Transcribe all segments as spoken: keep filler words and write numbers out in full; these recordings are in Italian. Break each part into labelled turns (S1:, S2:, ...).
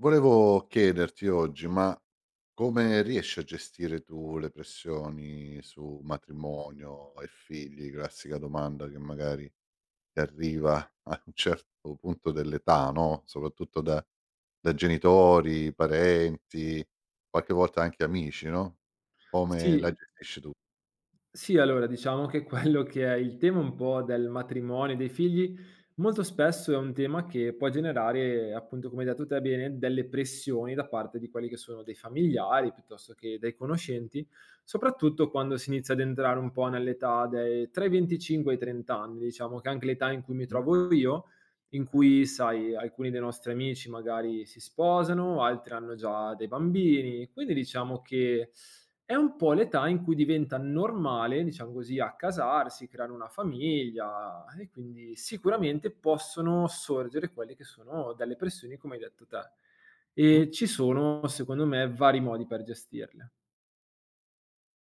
S1: Volevo chiederti oggi, ma come riesci a gestire tu le pressioni su matrimonio e figli? Classica domanda che magari ti arriva a un certo punto dell'età, no, soprattutto da da genitori, parenti, qualche volta anche amici, no, come la
S2: Sì,
S1: gestisci tu?
S2: sì, allora diciamo che quello che è il tema un po' del matrimonio e dei figli, molto spesso è un tema che può generare, appunto come hai detto te bene, delle pressioni da parte di quelli che sono dei familiari, piuttosto che dai conoscenti, soprattutto quando si inizia ad entrare un po' nell'età dei tra i 25 e i 30 anni, diciamo che è anche l'età in cui mi
S1: Mh.
S2: trovo io, in cui, sai, alcuni dei nostri amici magari si sposano, altri hanno già dei bambini, quindi diciamo che è un po' l'età in cui diventa normale, diciamo così, accasarsi, creare una famiglia e quindi sicuramente possono sorgere quelle che sono delle pressioni come hai detto te.
S1: Mh,
S2: E ci sono, secondo me, vari modi per gestirle.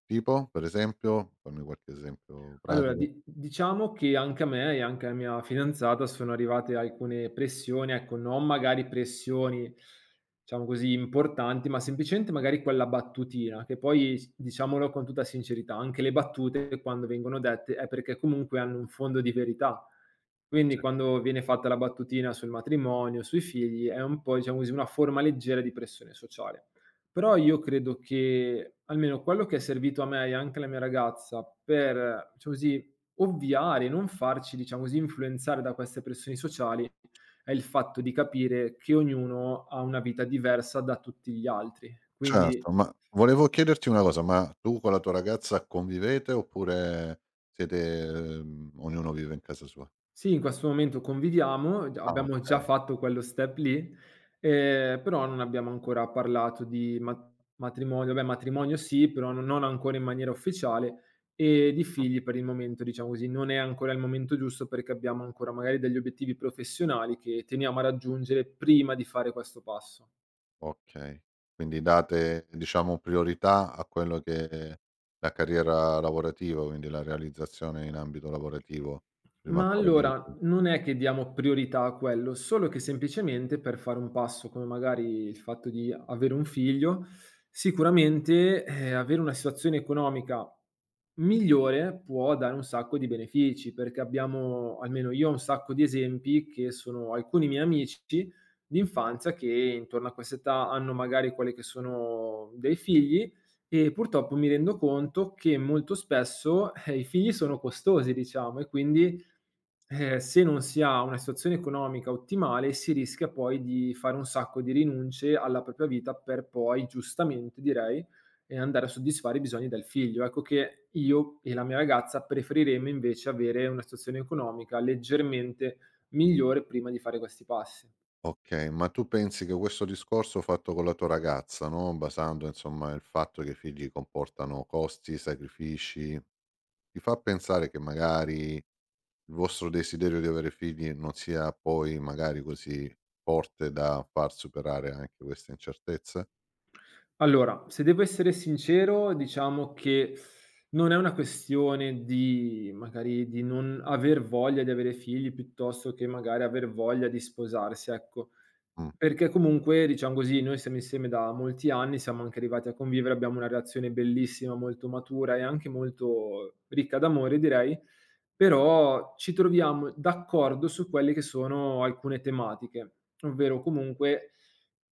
S1: tipo, per esempio? Fammi qualche esempio
S2: Allora,
S1: pratico.
S2: di diciamo che anche a me e anche alla mia fidanzata sono arrivate alcune pressioni, ecco, non magari pressioni, diciamo così, importanti, ma semplicemente magari quella battutina, che poi s diciamolo con tutta sincerità, anche le battute quando vengono dette è perché comunque hanno un fondo di verità. Quindi quando viene fatta la battutina sul matrimonio, sui figli, è un po', diciamo così, una forma leggera di pressione sociale. Però io credo che almeno quello che è servito a me e anche alla mia ragazza per, diciamo così, ovviare, non farci, diciamo così, influenzare da queste pressioni sociali, è il fatto di capire che ognuno ha una vita diversa da tutti gli altri. Quindi
S1: Certo, ma volevo chiederti una cosa, ma tu con la tua ragazza convivete oppure siete ehm, ognuno vive in casa sua?
S2: sì, in questo momento conviviamo, d
S1: Ah,
S2: abbiamo già
S1: okay.
S2: fatto quello step lì, ehm, però non abbiamo ancora parlato di ma matrimonio. Beh, matrimonio sì, però no non ancora in maniera ufficiale, e di
S1: Mh.
S2: figli per il momento, diciamo così, non è ancora il momento giusto perché abbiamo ancora magari degli obiettivi professionali che teniamo a raggiungere prima di fare questo passo.
S1: Okay. Quindi date, diciamo, priorità a quello che è la carriera lavorativa, quindi la realizzazione in ambito lavorativo, prima
S2: Ma
S1: ancora di…
S2: allora, non è che diamo priorità a quello, solo che semplicemente per fare un passo come magari il fatto di avere un figlio, sicuramente, ehm, avere una situazione economica migliore può dare un sacco di benefici, perché abbiamo almeno io ho un sacco di esempi che sono alcuni miei amici d'infanzia che intorno a quest'età hanno magari quelle che sono dei figli e purtroppo mi rendo conto che molto spesso, eh, i figli sono costosi diciamo e quindi, eh, se non si ha una situazione economica ottimale, si rischia poi di fare un sacco di rinunce alla propria vita per poi, giustamente direi, eh, andare a soddisfare i bisogni del figlio. Ecco che io e la mia ragazza preferiremmo invece avere una situazione economica leggermente migliore prima di fare questi passi.
S1: Okay, ma tu pensi che questo discorso fatto con la tua ragazza, no, basando insomma il fatto che i figli comportano costi, sacrifici, ti fa pensare che magari il vostro desiderio di avere figli non sia poi magari così forte da far superare anche queste incertezze?
S2: Allora, se devo essere sincero, diciamo che non è una questione di magari di non aver voglia di avere figli, piuttosto che magari aver voglia di sposarsi, ecco.
S1: Mh.
S2: Perché comunque, diciamo così, noi siamo insieme da molti anni, siamo anche arrivati a convivere, abbiamo una relazione bellissima, molto matura e anche molto ricca d'amore direi, però ci troviamo d'accordo su quelle che sono alcune tematiche, ovvero comunque,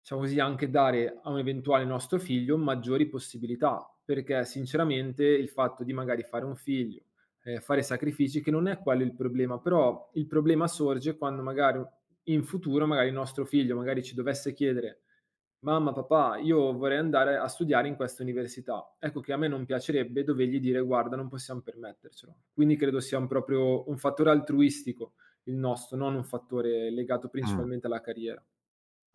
S2: diciamo così, anche dare a un eventuale nostro figlio maggiori possibilità, perché sinceramente il fatto di magari fare un figlio, ehm, fare sacrifici, che non è quello il problema, però il problema sorge quando magari in futuro, magari il nostro figlio magari ci dovesse chiedere: "Mamma, papà, io vorrei andare a studiare in questa università." Ecco che a me non piacerebbe dovergli dire: "Guarda, non possiamo permettercelo." Quindi credo sia un proprio un fattore altruistico il nostro, non un fattore legato
S1: Mh,
S2: principalmente alla carriera.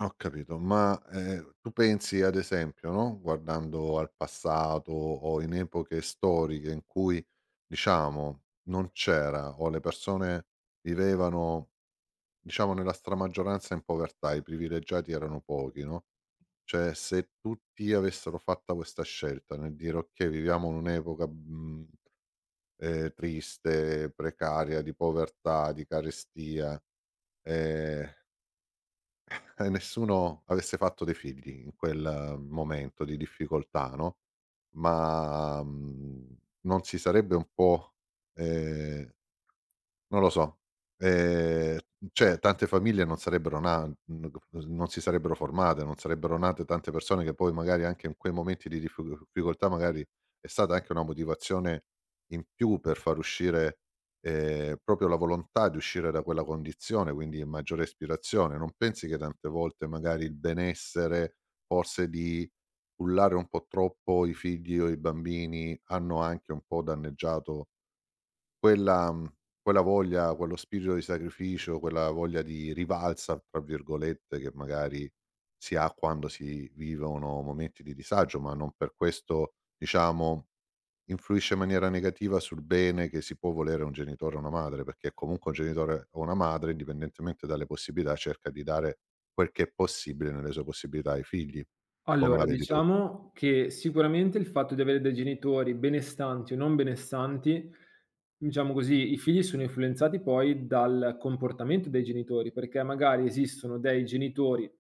S1: ho capito. Ma, ehm, tu pensi ad esempio, no, guardando al passato o in epoche storiche in cui, diciamo, non c'era o le persone vivevano, diciamo, nella stramaggioranza in povertà, i privilegiati erano pochi, no, cioè se tutti avessero fatta questa scelta nel dire: "Okay, viviamo in un'epoca, mhmm" ehm, triste, precaria, di povertà, di carestia, ehm, e nessuno avesse fatto dei figli in quel momento di difficoltà, no, ma, mhmm, non si sarebbe un po', ehm non lo so. Ehm, cioè tante famiglie non sarebbero na n non si sarebbero formate, non sarebbero nate tante persone che poi magari anche in quei momenti di diffi difficoltà magari è stata anche una motivazione in più per far uscire, ehm, proprio la volontà di uscire da quella condizione, quindi maggiore ispirazione. Non pensi che tante volte magari il benessere, forse di cullare un po' troppo i figli o i bambini, hanno anche un po' danneggiato quella mhmm, quella voglia, quello spirito di sacrificio, quella voglia di "rivalsa" tra virgolette, che magari si ha quando si vivono momenti di disagio, ma non per questo, diciamo, influisce in maniera negativa sul bene che si può volere a un genitore o una madre, perché comunque un genitore o una madre, indipendentemente dalle possibilità, cerca di dare quel che è possibile nelle sue possibilità ai figli. Come la
S2: Allora,
S1: vedi tu?
S2: diciamo che sicuramente il fatto di avere dei genitori benestanti o non benestanti, diciamo così, i figli sono influenzati poi dal comportamento dei genitori, perché magari esistono dei genitori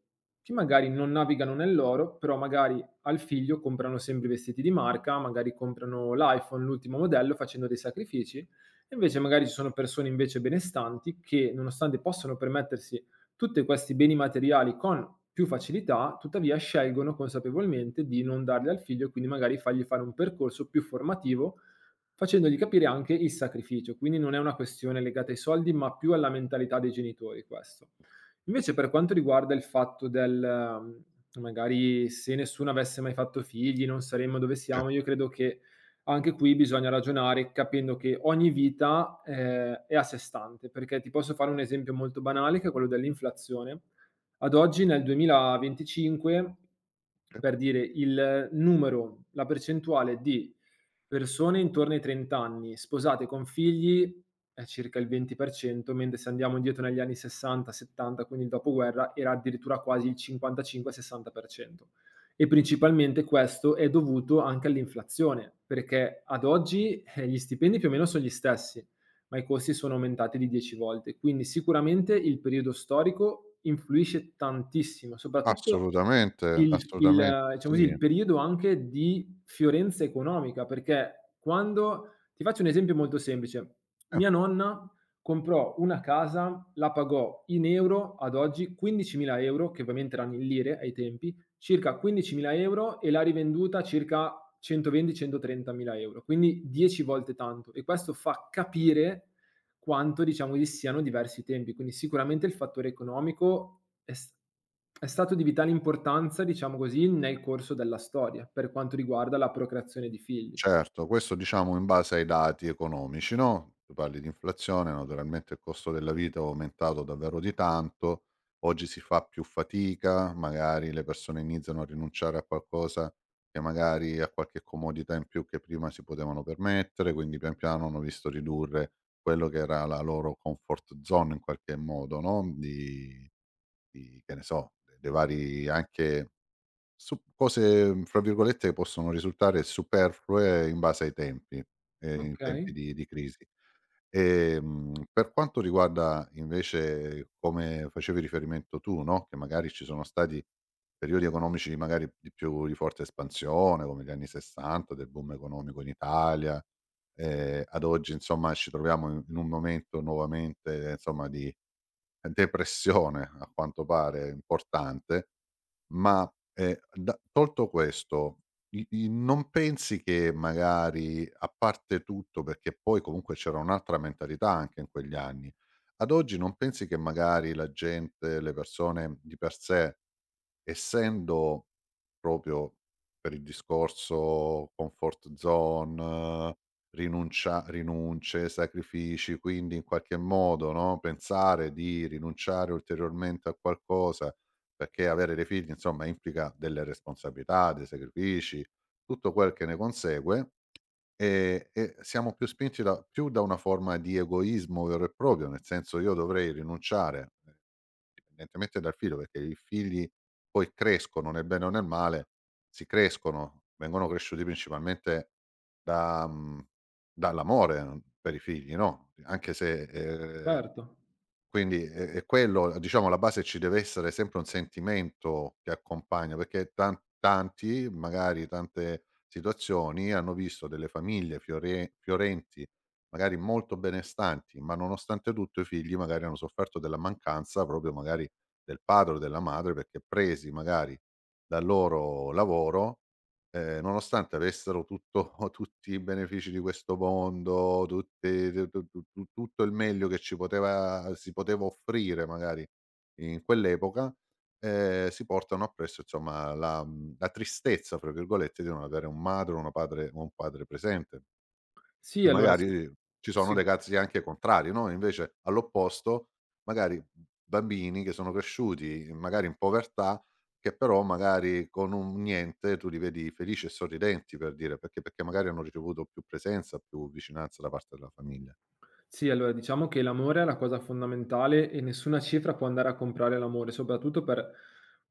S2: che magari non navigano nell'oro, però magari al figlio comprano sempre i vestiti di marca, magari comprano l'iPhone, l'ultimo modello, facendo dei sacrifici. E invece magari ci sono persone invece benestanti che, nonostante possano permettersi tutti questi beni materiali con più facilità, tuttavia scelgono consapevolmente di non darli al figlio e quindi magari fargli fare un percorso più formativo, facendogli capire anche il sacrificio. Quindi non è una questione legata ai soldi, ma più alla mentalità dei genitori questo. Invece per quanto riguarda il fatto del ehm, magari se nessuno avesse mai fatto figli non saremmo dove
S1: Eh.
S2: siamo, io credo che anche qui bisogna ragionare capendo che ogni vita eh, è a sé stante, perché ti posso fare un esempio molto banale che è quello dell'inflazione. Ad oggi, nel duemilaventicinque,
S1: Eh,
S2: per dire il numero, la percentuale di persone intorno ai 30 anni sposate con figli è circa il venti per cento, mentre se andiamo indietro negli anni sessanta settanta, quindi il dopoguerra, era addirittura quasi il cinquantacinque-sessanta per cento. E principalmente questo è dovuto anche all'inflazione, perché ad oggi eh, gli stipendi più o meno sono gli stessi, ma i costi sono aumentati di 10 volte. Quindi sicuramente il periodo storico influisce tantissimo, soprattutto
S1: assolutamente,
S2: il, il,
S1: assolutamente
S2: diciamo così,
S1: sì.
S2: il periodo anche di fiorenza economica, perché quando, ti faccio un esempio molto semplice, mia nonna comprò una casa, la pagò in euro ad oggi quindicimila euro, che ovviamente erano in lire ai tempi, circa quindicimila euro e l'ha rivenduta circa centoventi-centotrentamila euro, quindi 10 volte tanto. E questo fa capire quanto diciamo vi siano diversi tempi, quindi sicuramente il fattore economico è, s- è stato di vitale importanza, diciamo così, nel corso della storia per quanto riguarda la procreazione di figli.
S1: Certo, questo diciamo in base ai dati economici, no, tu parli di inflazione, naturalmente il costo della vita è aumentato davvero di tanto, oggi si fa più fatica, magari le persone iniziano a rinunciare a qualcosa che magari a qualche comodità in più che prima si potevano permettere, quindi pian piano hanno visto ridurre quello che era la loro comfort zone in qualche modo, no, di di che ne so, de dei vari anche su cose, mhmm, fra virgolette, che possono risultare "superflue" in base ai tempi, ehm, in
S2: Okay,
S1: tempi di di crisi. Ehm, per quanto riguarda invece, come facevi riferimento tu, no, che magari ci sono stati periodi economici magari di più di forte espansione, come gli anni 'sessanta del boom economico in Italia, ehm, ad oggi insomma ci troviamo in in un momento nuovamente, insomma, di depressione a quanto pare importante, ma, ehm, da tolto questo, i i non pensi che magari, a parte tutto perché poi comunque c'era un'altra mentalità anche in quegli anni, ad oggi non pensi che magari la gente, le persone di per sé… Essendo proprio per il discorso comfort zone, rinuncia rinunce, sacrifici, quindi in qualche modo, no, pensare di rinunciare ulteriormente a qualcosa, perché avere dei figli, insomma, implica delle responsabilità, dei sacrifici, tutto quel che ne consegue. Ehm, e siamo più spinti da più da una forma di egoismo vero e proprio, nel senso io dovrei rinunciare, ehm, indipendentemente dal figlio, perché i figli poi crescono nel bene o nel male, si crescono, vengono cresciuti principalmente da mhmm, dall'amore mm, per i figli, no, anche se, ehm
S2: certo.
S1: quindi è è quello, diciamo alla base ci deve essere sempre un sentimento che accompagna, perché tan tanti, magari tante situazioni, hanno visto delle famiglie fiorie fiorenti, magari molto benestanti, ma nonostante tutto i figli magari hanno sofferto della mancanza proprio magari del padre o della madre, perché presi magari dal loro lavoro. Ehm, nonostante avessero tutto tutti i benefici di questo mondo, tutti tu tu tu tu tutto il meglio che ci poteva si poteva offrire magari in quell'epoca, ehm, si portano appresso insomma la mhmm, la "tristezza" fra virgolette di non avere un madre o una padre o un padre presente.
S2: Sì,
S1: E
S2: allora sì.
S1: magari ci sono
S2: Sicu
S1: dei casi anche contrari, no, invece all'opposto magari bambini che sono cresciuti magari in povertà, che però magari con un niente tu li vedi felici e sorridenti per dire, perché perché magari hanno ricevuto più presenza, più vicinanza da parte della famiglia.
S2: Sì, allora diciamo che l'amore è la cosa fondamentale e nessuna cifra può andare a comprare l'amore, soprattutto per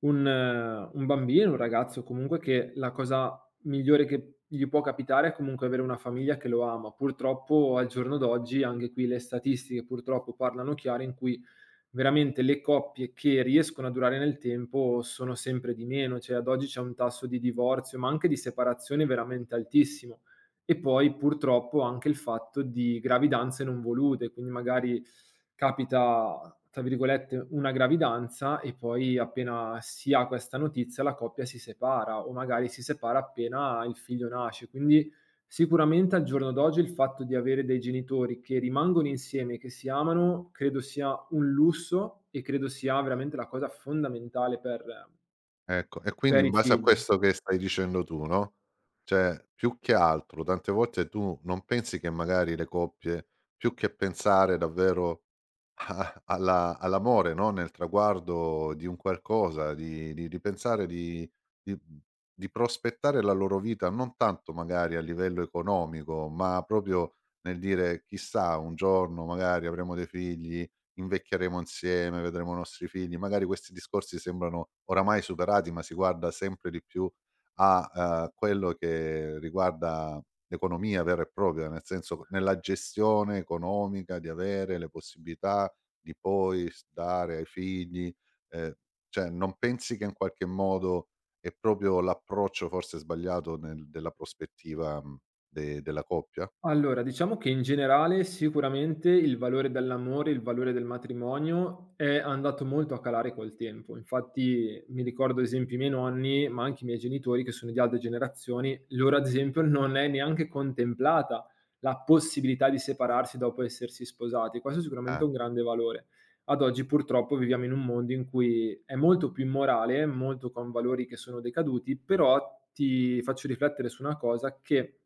S2: un eh, un bambino, un ragazzo comunque che la cosa migliore che gli può capitare è comunque avere una famiglia che lo ama. Purtroppo al giorno d'oggi anche qui le statistiche purtroppo parlano chiaro in cui veramente le coppie che riescono a durare nel tempo sono sempre di meno, cioè ad oggi c'è un tasso di divorzio, ma anche di separazione veramente altissimo. E poi purtroppo anche il fatto di gravidanze non volute, quindi magari capita, tra virgolette, una gravidanza e poi appena si ha questa notizia la coppia si separa o magari si separa appena il figlio nasce. Quindi sicuramente al giorno d'oggi il fatto di avere dei genitori che rimangono insieme, che si amano, credo sia un lusso e credo sia veramente la cosa fondamentale per
S1: Ecco, e quindi
S2: per
S1: in
S2: i
S1: base a
S2: figli.
S1: questo che stai dicendo tu, no, cioè più che altro tante volte tu non pensi che magari le coppie, più che pensare davvero A alla all'amore, no, nel traguardo di un qualcosa, di di di pensare di di mhmm, di prospettare la loro vita, non tanto magari a livello economico, ma proprio nel dire: "Chissà, un giorno magari avremo dei figli, invecchieremo insieme, vedremo i nostri figli". Magari questi discorsi sembrano oramai superati, ma si guarda sempre di più a, uhm, quello che riguarda l'economia vera e propria, nel senso nella gestione economica, di avere le possibilità di poi s dare ai figli, ehm, cioè non pensi che in qualche modo è proprio l'approccio forse sbagliato nel della prospettiva, mhmm, de della coppia?
S2: Allora, diciamo che in generale sicuramente il valore dell'amore, il valore del matrimonio è andato molto a calare col tempo. Infatti mi ricordo ad esempio i miei nonni, ma anche i miei genitori che sono di altre generazioni, loro ad esempio non è neanche contemplata la possibilità di separarsi dopo essersi sposati. Questo sicuramente
S1: Ah.
S2: è sicuramente un grande valore ad oggi purtroppo viviamo in un mondo in cui è molto più immorale, molto con valori che sono decaduti, però ti faccio riflettere su una cosa che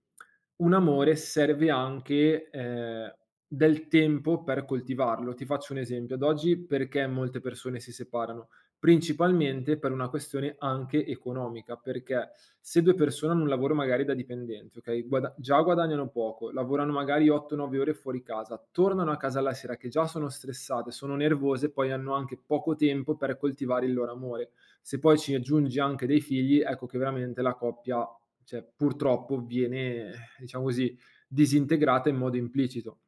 S2: un amore serve anche eh, del tempo per coltivarlo. Ti faccio un esempio, ad oggi perché molte persone si separano? Principalmente per una questione anche economica, perché se due persone hanno un lavoro magari da dipendenti, okay, guada già guadagnano poco, lavorano magari 8, 9 ore fuori casa, tornano a casa la sera che già sono stressate, sono nervose, poi hanno anche poco tempo per coltivare il loro amore. Se poi ci aggiungi anche dei figli, ecco che veramente la coppia, cioè purtroppo viene, eh, diciamo così, disintegrata in modo implicito.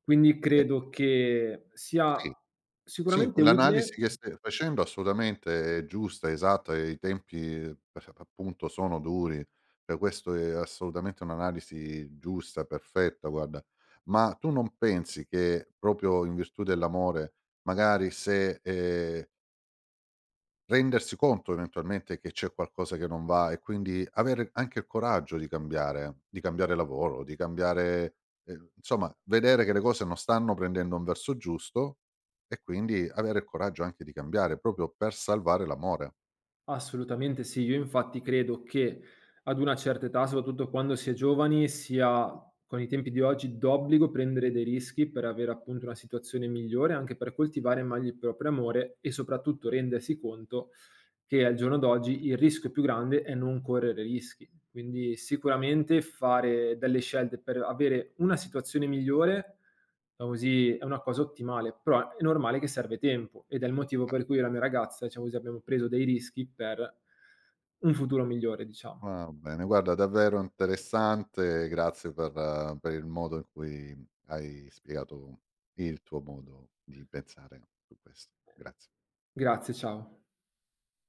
S2: Quindi
S1: Eh,
S2: credo che sia
S1: sì, sì,
S2: sicuramente utile.
S1: quell'analisi che stai facendo assolutamente è giusta, esatta e i tempi eh, per appunto sono duri, cioè questo è assolutamente un'analisi giusta, perfetta guarda. Ma tu non pensi che proprio in virtù dell'amore magari se, ehm rendersi conto eventualmente che c'è qualcosa che non va e quindi avere anche il coraggio di cambiare, di cambiare lavoro, di cambiare ehm, insomma vedere che le cose non stanno prendendo un verso giusto e quindi avere il coraggio anche di cambiare, proprio per salvare l'amore.
S2: Assolutamente sì. Io infatti credo che ad una certa età, soprattutto quando si è giovani, sia con i tempi di oggi d'obbligo prendere dei rischi per avere appunto una situazione migliore, anche per coltivare meglio il proprio amore e soprattutto rendersi conto che al giorno d'oggi il rischio più grande è non correre rischi. Quindi sicuramente fare delle scelte per avere una situazione migliore, diciamo così, è una cosa ottimale, però è normale che serve tempo ed è il motivo per cui io e la mia ragazza, diciamo così, abbiamo preso dei rischi per un futuro migliore, diciamo.
S1: Va bene, guarda davvero interessante, grazie per eh, per il modo in cui hai spiegato il tuo modo di pensare su questo. Grazie.
S2: Grazie, ciao.